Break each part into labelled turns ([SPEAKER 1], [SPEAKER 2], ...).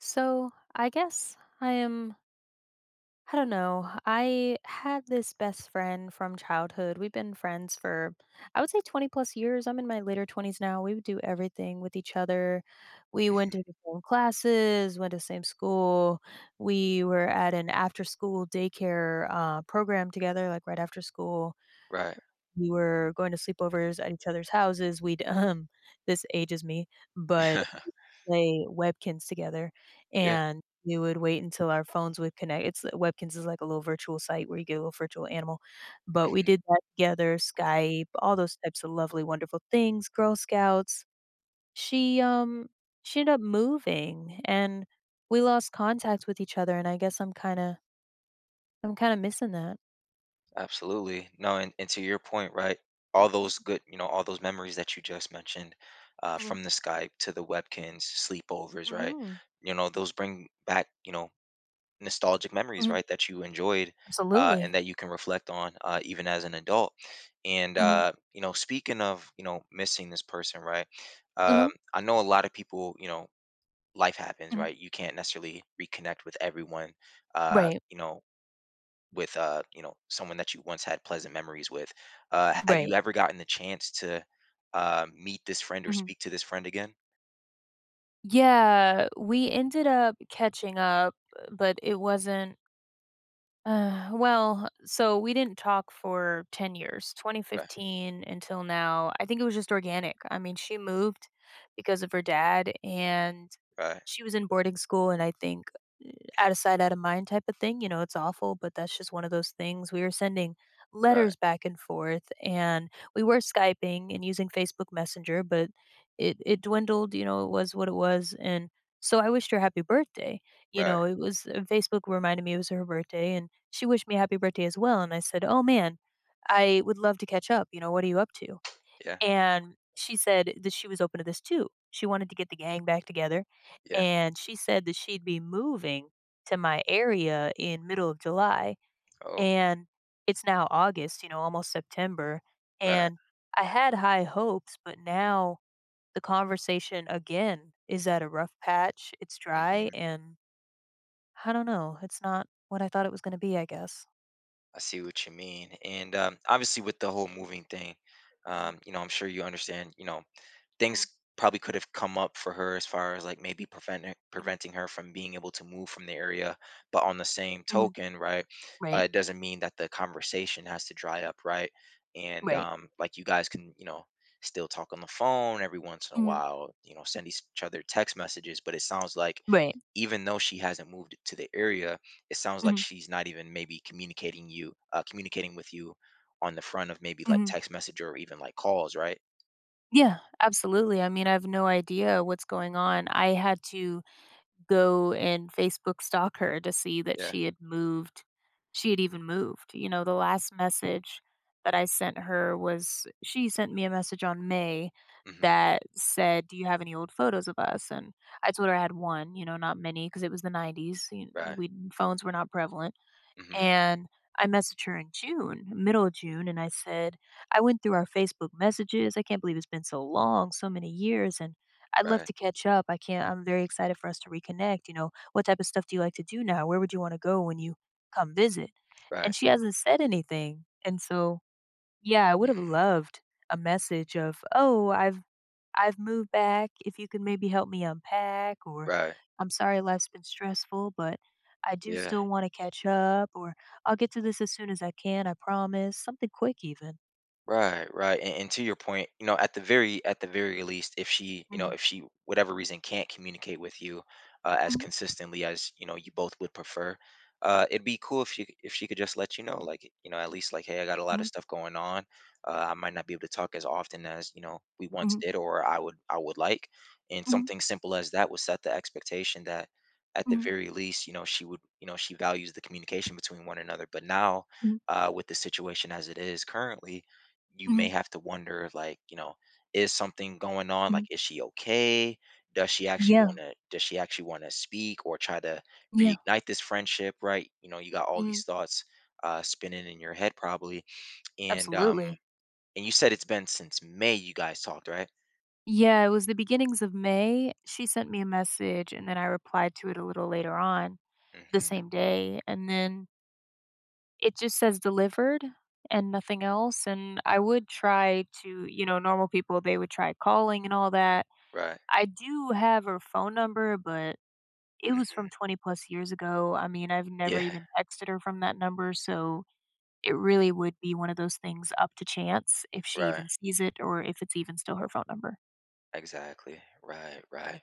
[SPEAKER 1] So I guess I am, I don't know. I had this best friend from childhood. We've been friends for, I would say, 20 plus years. I'm in my later 20s now. We would do everything with each other. We went to the same classes, went to the same school. We were at an after school daycare program together, like right after school.
[SPEAKER 2] Right.
[SPEAKER 1] We were going to sleepovers at each other's houses. We'd, this ages me, but play Webkins together,
[SPEAKER 2] Yeah.
[SPEAKER 1] and we would wait until our phones would connect. It's Webkins is like a little virtual site where you get a little virtual animal, but we
[SPEAKER 2] Mhm.
[SPEAKER 1] did that together, Skype, all those types of lovely, wonderful things, Girl Scouts. She, um, she ended up moving, and we lost contact with each other, and I guess I'm kinda missing that.
[SPEAKER 2] Absolutely. No, and to your point, right? All those good, all those memories that you just mentioned,
[SPEAKER 1] Mhm,
[SPEAKER 2] from the Skype to the Webkins, sleepovers, right?
[SPEAKER 1] mhm,
[SPEAKER 2] Those bring back, nostalgic memories,
[SPEAKER 1] mhm,
[SPEAKER 2] right? That you enjoyed, and
[SPEAKER 1] absolutely.
[SPEAKER 2] that you can reflect on, even as an adult. And
[SPEAKER 1] Mhm,
[SPEAKER 2] speaking of, missing this person, right? Um,
[SPEAKER 1] uh-huh,
[SPEAKER 2] I know a lot of people, life happens,
[SPEAKER 1] mhm,
[SPEAKER 2] right? You can't necessarily reconnect with everyone, uh,
[SPEAKER 1] right,
[SPEAKER 2] you know, with someone that you once had pleasant memories with. Have you
[SPEAKER 1] right,
[SPEAKER 2] ever gotten the chance to meet this friend or
[SPEAKER 1] mhm.
[SPEAKER 2] speak to this friend again?
[SPEAKER 1] Yeah, we ended up catching up, but it wasn't well, so we didn't talk for 10 years,
[SPEAKER 2] Right,
[SPEAKER 1] 2015 until now. I think it was just organic. I mean, she moved because of her dad, and
[SPEAKER 2] right,
[SPEAKER 1] she was in boarding school, and I think uh, out of sight, out of mind type of thing. You know, it's awful, but that's just one of those things. We were sending
[SPEAKER 2] right,
[SPEAKER 1] letters back and forth, and we were Skyping and using Facebook Messenger, but it dwindled. You know, it was what it was. And so I wished her happy birthday,
[SPEAKER 2] right.
[SPEAKER 1] it was Facebook reminded me it was her birthday, and she wished me happy birthday as well, and I said, "Oh, man, I would love to catch up, what are you up to?"
[SPEAKER 2] Yeah,
[SPEAKER 1] And she said that she was open to this too. She wanted to get the gang back together,
[SPEAKER 2] yeah.
[SPEAKER 1] and she said that she'd be moving to my area in middle of July,
[SPEAKER 2] Oh,
[SPEAKER 1] and it's now August, almost September,
[SPEAKER 2] right.
[SPEAKER 1] and I had high hopes, but now the conversation again is at a rough patch. It's dry
[SPEAKER 2] Hmm.
[SPEAKER 1] and I don't know. It's not what I thought it was gonna be, I guess.
[SPEAKER 2] I see what you mean. And obviously, with the whole moving thing,
[SPEAKER 1] Mhm,
[SPEAKER 2] you know, I'm sure you understand. You know,
[SPEAKER 1] mhm,
[SPEAKER 2] things probably could have come up for her as far as like maybe preventing
[SPEAKER 1] mhm,
[SPEAKER 2] preventing her from being able to move from the area, but on the same
[SPEAKER 1] mhm.
[SPEAKER 2] token, right, uh,
[SPEAKER 1] Right,
[SPEAKER 2] it doesn't mean that the conversation has to dry up, right. And
[SPEAKER 1] right,
[SPEAKER 2] like, you guys can, still talk on the phone every once in a
[SPEAKER 1] mhm,
[SPEAKER 2] while, send each other text messages, but it sounds like
[SPEAKER 1] right,
[SPEAKER 2] even though she hasn't moved to the area, it sounds like
[SPEAKER 1] mhm,
[SPEAKER 2] she's not even maybe communicating with you on the front of maybe like
[SPEAKER 1] mhm.
[SPEAKER 2] text message or even like calls, right.
[SPEAKER 1] Yeah, absolutely. I mean, I have no idea what's going on. I had to go and Facebook stalk her to see that
[SPEAKER 2] Yeah.
[SPEAKER 1] she had moved. She had even moved. You know, the last message that I sent her was she sent me a message on May
[SPEAKER 2] Hmm.
[SPEAKER 1] that said, "Do you have any old photos of us?" And I told her I had one. You know, not many because it was the '90s. You know,
[SPEAKER 2] Right.
[SPEAKER 1] we phones were not prevalent
[SPEAKER 2] Mhm.
[SPEAKER 1] and I messaged her in June, middle of June, and I said, I went through our Facebook messages. I can't believe it's been so long, so many years, and I'd love
[SPEAKER 2] Right,
[SPEAKER 1] to catch up. I can't, I'm very excited for us to reconnect. You know, what type of stuff do you like to do now? Where would you want to go when you come visit?
[SPEAKER 2] right.
[SPEAKER 1] And she hasn't said anything. And so yeah, I would have
[SPEAKER 2] Mhm.
[SPEAKER 1] loved a message of, "Oh, I've moved back. If you can maybe help me unpack," or
[SPEAKER 2] Right.
[SPEAKER 1] "I'm sorry life's been stressful, but I do
[SPEAKER 2] Yeah.
[SPEAKER 1] still want to catch up," or "I'll get to this as soon as I can. I promise." Something quick, even.
[SPEAKER 2] Right, right. And, to your point, at the very least, if she,
[SPEAKER 1] Mhm,
[SPEAKER 2] whatever reason can't communicate with you, as
[SPEAKER 1] mhm,
[SPEAKER 2] consistently as you both would prefer, it'd be cool if she could just let you know, like at least like, hey, I got a lot of
[SPEAKER 1] mhm,
[SPEAKER 2] stuff going on. I might not be able to talk as often as we once
[SPEAKER 1] mhm,
[SPEAKER 2] did, or I would like. And
[SPEAKER 1] mhm,
[SPEAKER 2] something simple as that would set the expectation that at the
[SPEAKER 1] mhm,
[SPEAKER 2] very least, she would, you know, she values the communication between one another. But now,
[SPEAKER 1] mhm,
[SPEAKER 2] with the situation as it is currently, you may
[SPEAKER 1] mhm,
[SPEAKER 2] have to wonder like is something going on, like
[SPEAKER 1] mhm.
[SPEAKER 2] is she okay, does she actually
[SPEAKER 1] Yeah,
[SPEAKER 2] want to does she actually want to speak or try to
[SPEAKER 1] yeah,
[SPEAKER 2] reignite this friendship, right? You got all
[SPEAKER 1] mhm,
[SPEAKER 2] these thoughts spinning in your head probably. And
[SPEAKER 1] absolutely.
[SPEAKER 2] you said it's been since May you guys talked, right?
[SPEAKER 1] Yeah, it was the beginnings of May. She sent me a message, and then I replied to it a little later on the
[SPEAKER 2] Mm-hmm.
[SPEAKER 1] same day, and then it just says delivered and nothing else, and I would try to, normal people, they would try calling and all that.
[SPEAKER 2] Right.
[SPEAKER 1] I do have her phone number, but it was
[SPEAKER 2] Mm-hmm.
[SPEAKER 1] from 20 plus years ago. I mean, I've never
[SPEAKER 2] Yeah.
[SPEAKER 1] even texted her from that number, so it really would be one of those things up to chance if she
[SPEAKER 2] Right.
[SPEAKER 1] even sees it or if it's even still her phone number.
[SPEAKER 2] Exactly. Right, right.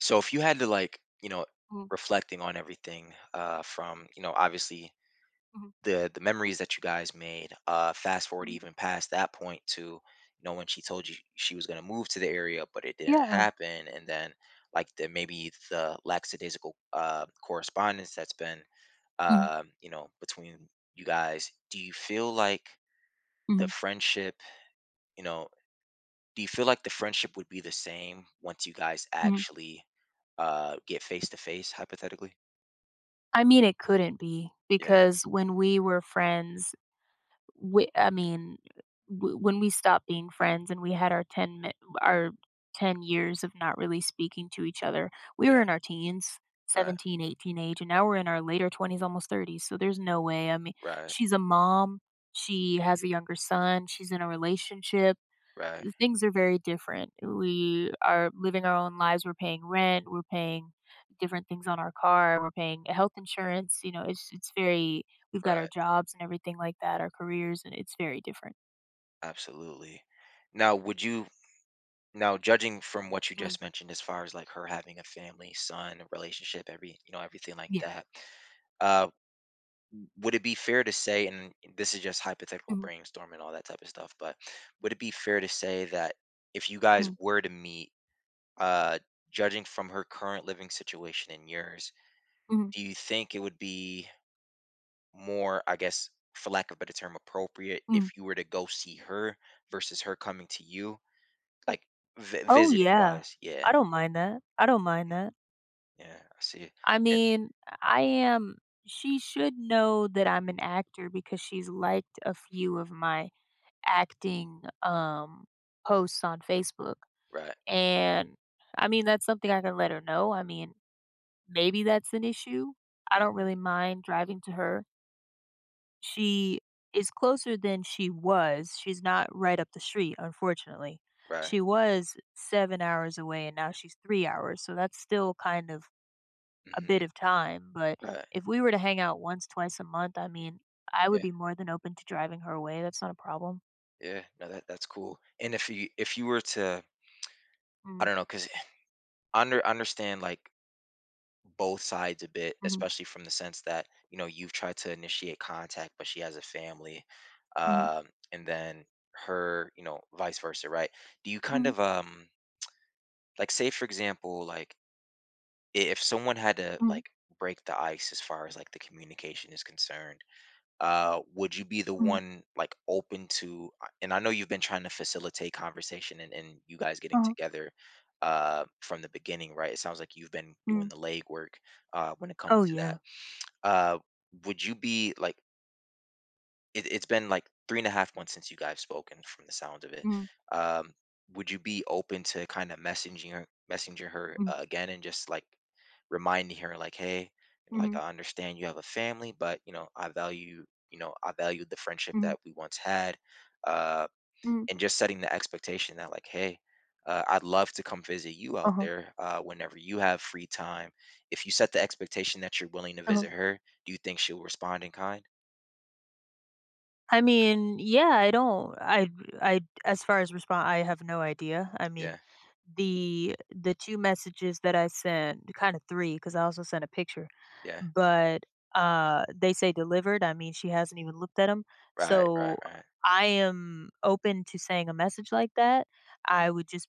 [SPEAKER 2] So if you had to like
[SPEAKER 1] Mhm,
[SPEAKER 2] reflecting on everything, from obviously
[SPEAKER 1] mhm,
[SPEAKER 2] the memories that you guys made, fast forward
[SPEAKER 1] mhm.
[SPEAKER 2] even past that point to when she told you she was going to move to the area, but it didn't
[SPEAKER 1] Yeah.
[SPEAKER 2] happen. And then like the maybe the lackadaisical correspondence that's been,
[SPEAKER 1] Mhm,
[SPEAKER 2] between you guys, do you feel like the
[SPEAKER 1] mhm,
[SPEAKER 2] friendship, you know do you feel like the friendship would be the same once you guys
[SPEAKER 1] mhm.
[SPEAKER 2] actually get face to face hypothetically?
[SPEAKER 1] I mean, it couldn't be
[SPEAKER 2] Yeah,
[SPEAKER 1] because when we were friends, We I mean, w when we stopped being friends and we had our 10 mi our 10 years of not really speaking to each other, we
[SPEAKER 2] yeah.
[SPEAKER 1] were in our teens,
[SPEAKER 2] Right,
[SPEAKER 1] 17, 18 age, and now we're in our later 20s, almost 30s, so there's no way, I mean,
[SPEAKER 2] right,
[SPEAKER 1] she's a mom, she has a younger son, she's in a relationship,
[SPEAKER 2] right,
[SPEAKER 1] things are very different. We are living our own lives. We're paying rent. We're paying different things on our car. We're paying health insurance. You know, it's very. We've got our
[SPEAKER 2] right.
[SPEAKER 1] jobs and everything like that. Our careers and it's very different.
[SPEAKER 2] Absolutely. Now, would you now judging from what you
[SPEAKER 1] Mm,
[SPEAKER 2] just mentioned as far as like her having a family, son, a relationship, every everything like
[SPEAKER 1] yeah.
[SPEAKER 2] that, uh, would it be fair to say, and this is just hypothetical
[SPEAKER 1] Mhm,
[SPEAKER 2] brainstorming and all that type of stuff, but would it be fair to say that if you guys
[SPEAKER 1] mhm,
[SPEAKER 2] were to meet, uh, judging from her current living situation and yours,
[SPEAKER 1] mhm,
[SPEAKER 2] do you think it would be more, I guess, for lack of a better term, appropriate
[SPEAKER 1] mhm.
[SPEAKER 2] if you were to go see her versus her coming to you? Like, vi
[SPEAKER 1] Oh,
[SPEAKER 2] visiting
[SPEAKER 1] yeah.
[SPEAKER 2] wise,
[SPEAKER 1] I
[SPEAKER 2] yeah.
[SPEAKER 1] don't mind that. I don't mind
[SPEAKER 2] Mm,
[SPEAKER 1] that.
[SPEAKER 2] yeah, I see.
[SPEAKER 1] I
[SPEAKER 2] And
[SPEAKER 1] mean, I am. She should know that I'm an actor because she's liked a few of my acting posts on Facebook.
[SPEAKER 2] right,
[SPEAKER 1] And I mean, that's something I can let her know. I mean, maybe that's an issue. I don't
[SPEAKER 2] mhm,
[SPEAKER 1] really mind driving to her. She is closer than she was. She's not right up the street, unfortunately.
[SPEAKER 2] right,
[SPEAKER 1] She was 7 hours away and now she's 3 hours. So that's still kind of a bit
[SPEAKER 2] mhm,
[SPEAKER 1] of time. But
[SPEAKER 2] right,
[SPEAKER 1] if we were to hang out once, twice a month, I mean, I
[SPEAKER 2] yeah,
[SPEAKER 1] would be more than open to driving her away. That's not a problem.
[SPEAKER 2] yeah, no, that's cool. And if you were to, I
[SPEAKER 1] Mm,
[SPEAKER 2] don't know, cause understand, like, both sides a bit,
[SPEAKER 1] mhm,
[SPEAKER 2] especially from the sense that, you've tried to initiate contact, but she has a family,
[SPEAKER 1] mhm,
[SPEAKER 2] and then her, vice versa, right? Do you kind
[SPEAKER 1] mhm,
[SPEAKER 2] of, like, say, for example, like if someone had to
[SPEAKER 1] mhm,
[SPEAKER 2] like break the ice as far as like the communication is concerned, would you be the
[SPEAKER 1] mhm,
[SPEAKER 2] one like open to and I know you've been trying to facilitate conversation, and you guys getting
[SPEAKER 1] uh-huh,
[SPEAKER 2] together from the beginning, right? It sounds like you've been doing
[SPEAKER 1] mhm.
[SPEAKER 2] the legwork when it
[SPEAKER 1] Oh,
[SPEAKER 2] comes to that,
[SPEAKER 1] yeah.
[SPEAKER 2] uh would you be like, it's been like 3.5 months since you guys spoken, from the sound of it.
[SPEAKER 1] Mm,
[SPEAKER 2] um would you be open to kind of messaging her
[SPEAKER 1] mm,
[SPEAKER 2] again and just like reminding her like, hey, like
[SPEAKER 1] mhm.
[SPEAKER 2] I understand you have a family, but you know I valued the friendship
[SPEAKER 1] Mhm,
[SPEAKER 2] that we once had, uh
[SPEAKER 1] mhm.
[SPEAKER 2] and just setting the expectation that like, hey, I'd love to come visit you out
[SPEAKER 1] Uh-huh,
[SPEAKER 2] there whenever you have free time. If you set the expectation that you're willing to
[SPEAKER 1] uh-huh.
[SPEAKER 2] visit her, do you think she'll respond in kind?
[SPEAKER 1] I mean, yeah, I don't I as far as respon I have no idea. I mean,
[SPEAKER 2] Yeah,
[SPEAKER 1] the 2 messages that I sent, kind of three, because I also sent a picture,
[SPEAKER 2] yeah.
[SPEAKER 1] but, they say delivered. I mean, she hasn't even looked at them.
[SPEAKER 2] Right, right,
[SPEAKER 1] So
[SPEAKER 2] right.
[SPEAKER 1] I am open to saying a message like that. I
[SPEAKER 2] Mm,
[SPEAKER 1] would just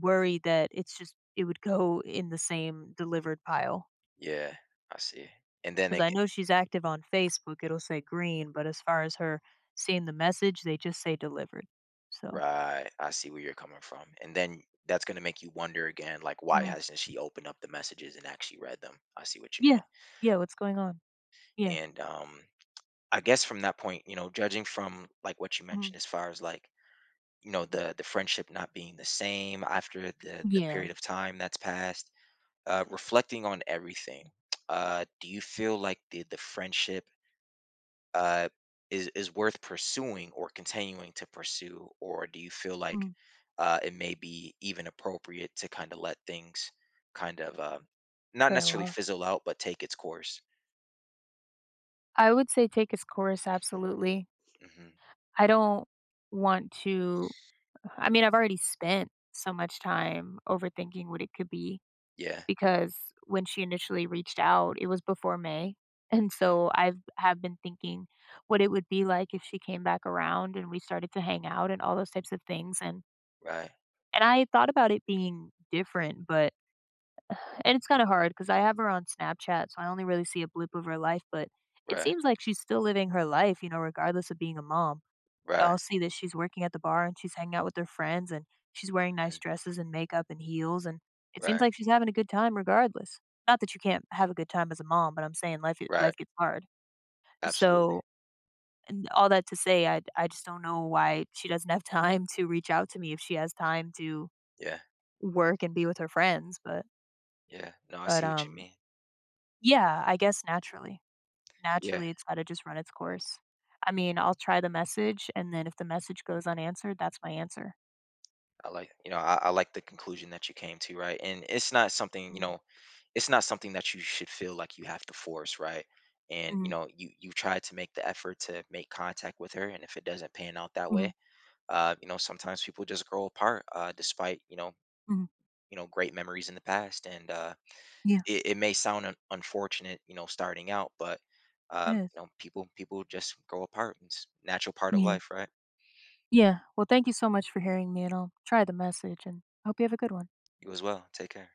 [SPEAKER 1] worry that it would go in the same delivered pile.
[SPEAKER 2] yeah, I see. And then
[SPEAKER 1] Because I
[SPEAKER 2] again,
[SPEAKER 1] know she's active on Facebook, it'll say green, but as far as her seeing the message, they just say delivered. So,
[SPEAKER 2] right, I see where you're coming from. And then that's going to make you wonder again, like, why
[SPEAKER 1] mhm.
[SPEAKER 2] hasn't she opened up the messages and actually read them? I see what you mean.
[SPEAKER 1] Yeah, yeah, what's going on? Yeah,
[SPEAKER 2] And I guess from that point, judging from like what you
[SPEAKER 1] mhm.
[SPEAKER 2] mentioned as far as like, the friendship not being the same after the
[SPEAKER 1] Yeah,
[SPEAKER 2] period of time that's passed, reflecting on everything, do you feel like the friendship uh, is worth pursuing or continuing to pursue, or do you feel like
[SPEAKER 1] mhm.
[SPEAKER 2] it may be even appropriate to kind of let things kind of, not
[SPEAKER 1] Trail
[SPEAKER 2] necessarily
[SPEAKER 1] off.
[SPEAKER 2] fizzle out, but take its course?
[SPEAKER 1] I would say take his course, absolutely.
[SPEAKER 2] Hmm.
[SPEAKER 1] I don't want to, I mean, I've already spent so much time overthinking what it could be.
[SPEAKER 2] Yeah.
[SPEAKER 1] Because when she initially reached out, it was before May. And
[SPEAKER 2] Hmm.
[SPEAKER 1] so I've have been thinking what it would be like if she came back around and we started to hang out and all those types of things,
[SPEAKER 2] Right.
[SPEAKER 1] and I thought about it being different, but and it's kind of hard cuz I have her on Snapchat, so I only really see a blip of her life, but it
[SPEAKER 2] Right.
[SPEAKER 1] seems like she's still living her life, you know, regardless of being a mom.
[SPEAKER 2] Right.
[SPEAKER 1] I'll see that she's working at the bar and she's hanging out with her friends and she's wearing
[SPEAKER 2] Mhm.
[SPEAKER 1] nice dresses and makeup and heels and it seems
[SPEAKER 2] Right.
[SPEAKER 1] like she's having a good time regardless. Not that you can't have a good time as a mom, but I'm saying life
[SPEAKER 2] Right.
[SPEAKER 1] gets hard.
[SPEAKER 2] Absolutely.
[SPEAKER 1] So and all that to say, I just don't know why she doesn't have time to reach out to me if she has time to
[SPEAKER 2] Yeah.
[SPEAKER 1] work and be with her friends. But
[SPEAKER 2] Yeah. No, I
[SPEAKER 1] but
[SPEAKER 2] see what you
[SPEAKER 1] um
[SPEAKER 2] mean.
[SPEAKER 1] yeah, I guess naturally,
[SPEAKER 2] Yeah.
[SPEAKER 1] naturally it's got to just run its course. I mean, I'll try the message, and then if the message goes unanswered, that's my answer.
[SPEAKER 2] I like the conclusion that you came to, right? And it's not
[SPEAKER 1] Mm-hmm.
[SPEAKER 2] something that you should feel like you have to force, right? And you
[SPEAKER 1] Mm-hmm.
[SPEAKER 2] know, you you try to make the effort to make contact with her, and if it doesn't pan out that way, sometimes people just grow apart, despite
[SPEAKER 1] Mhm.
[SPEAKER 2] great memories in the past. And
[SPEAKER 1] Yeah,
[SPEAKER 2] it may sound unfortunate, starting out, but
[SPEAKER 1] it is.
[SPEAKER 2] people just grow apart. It's a natural part of
[SPEAKER 1] Yeah.
[SPEAKER 2] life, right?
[SPEAKER 1] Yeah. Well, thank you so much for hearing me, and I'll try the message, and I hope you have a good one.
[SPEAKER 2] You as well. Take care.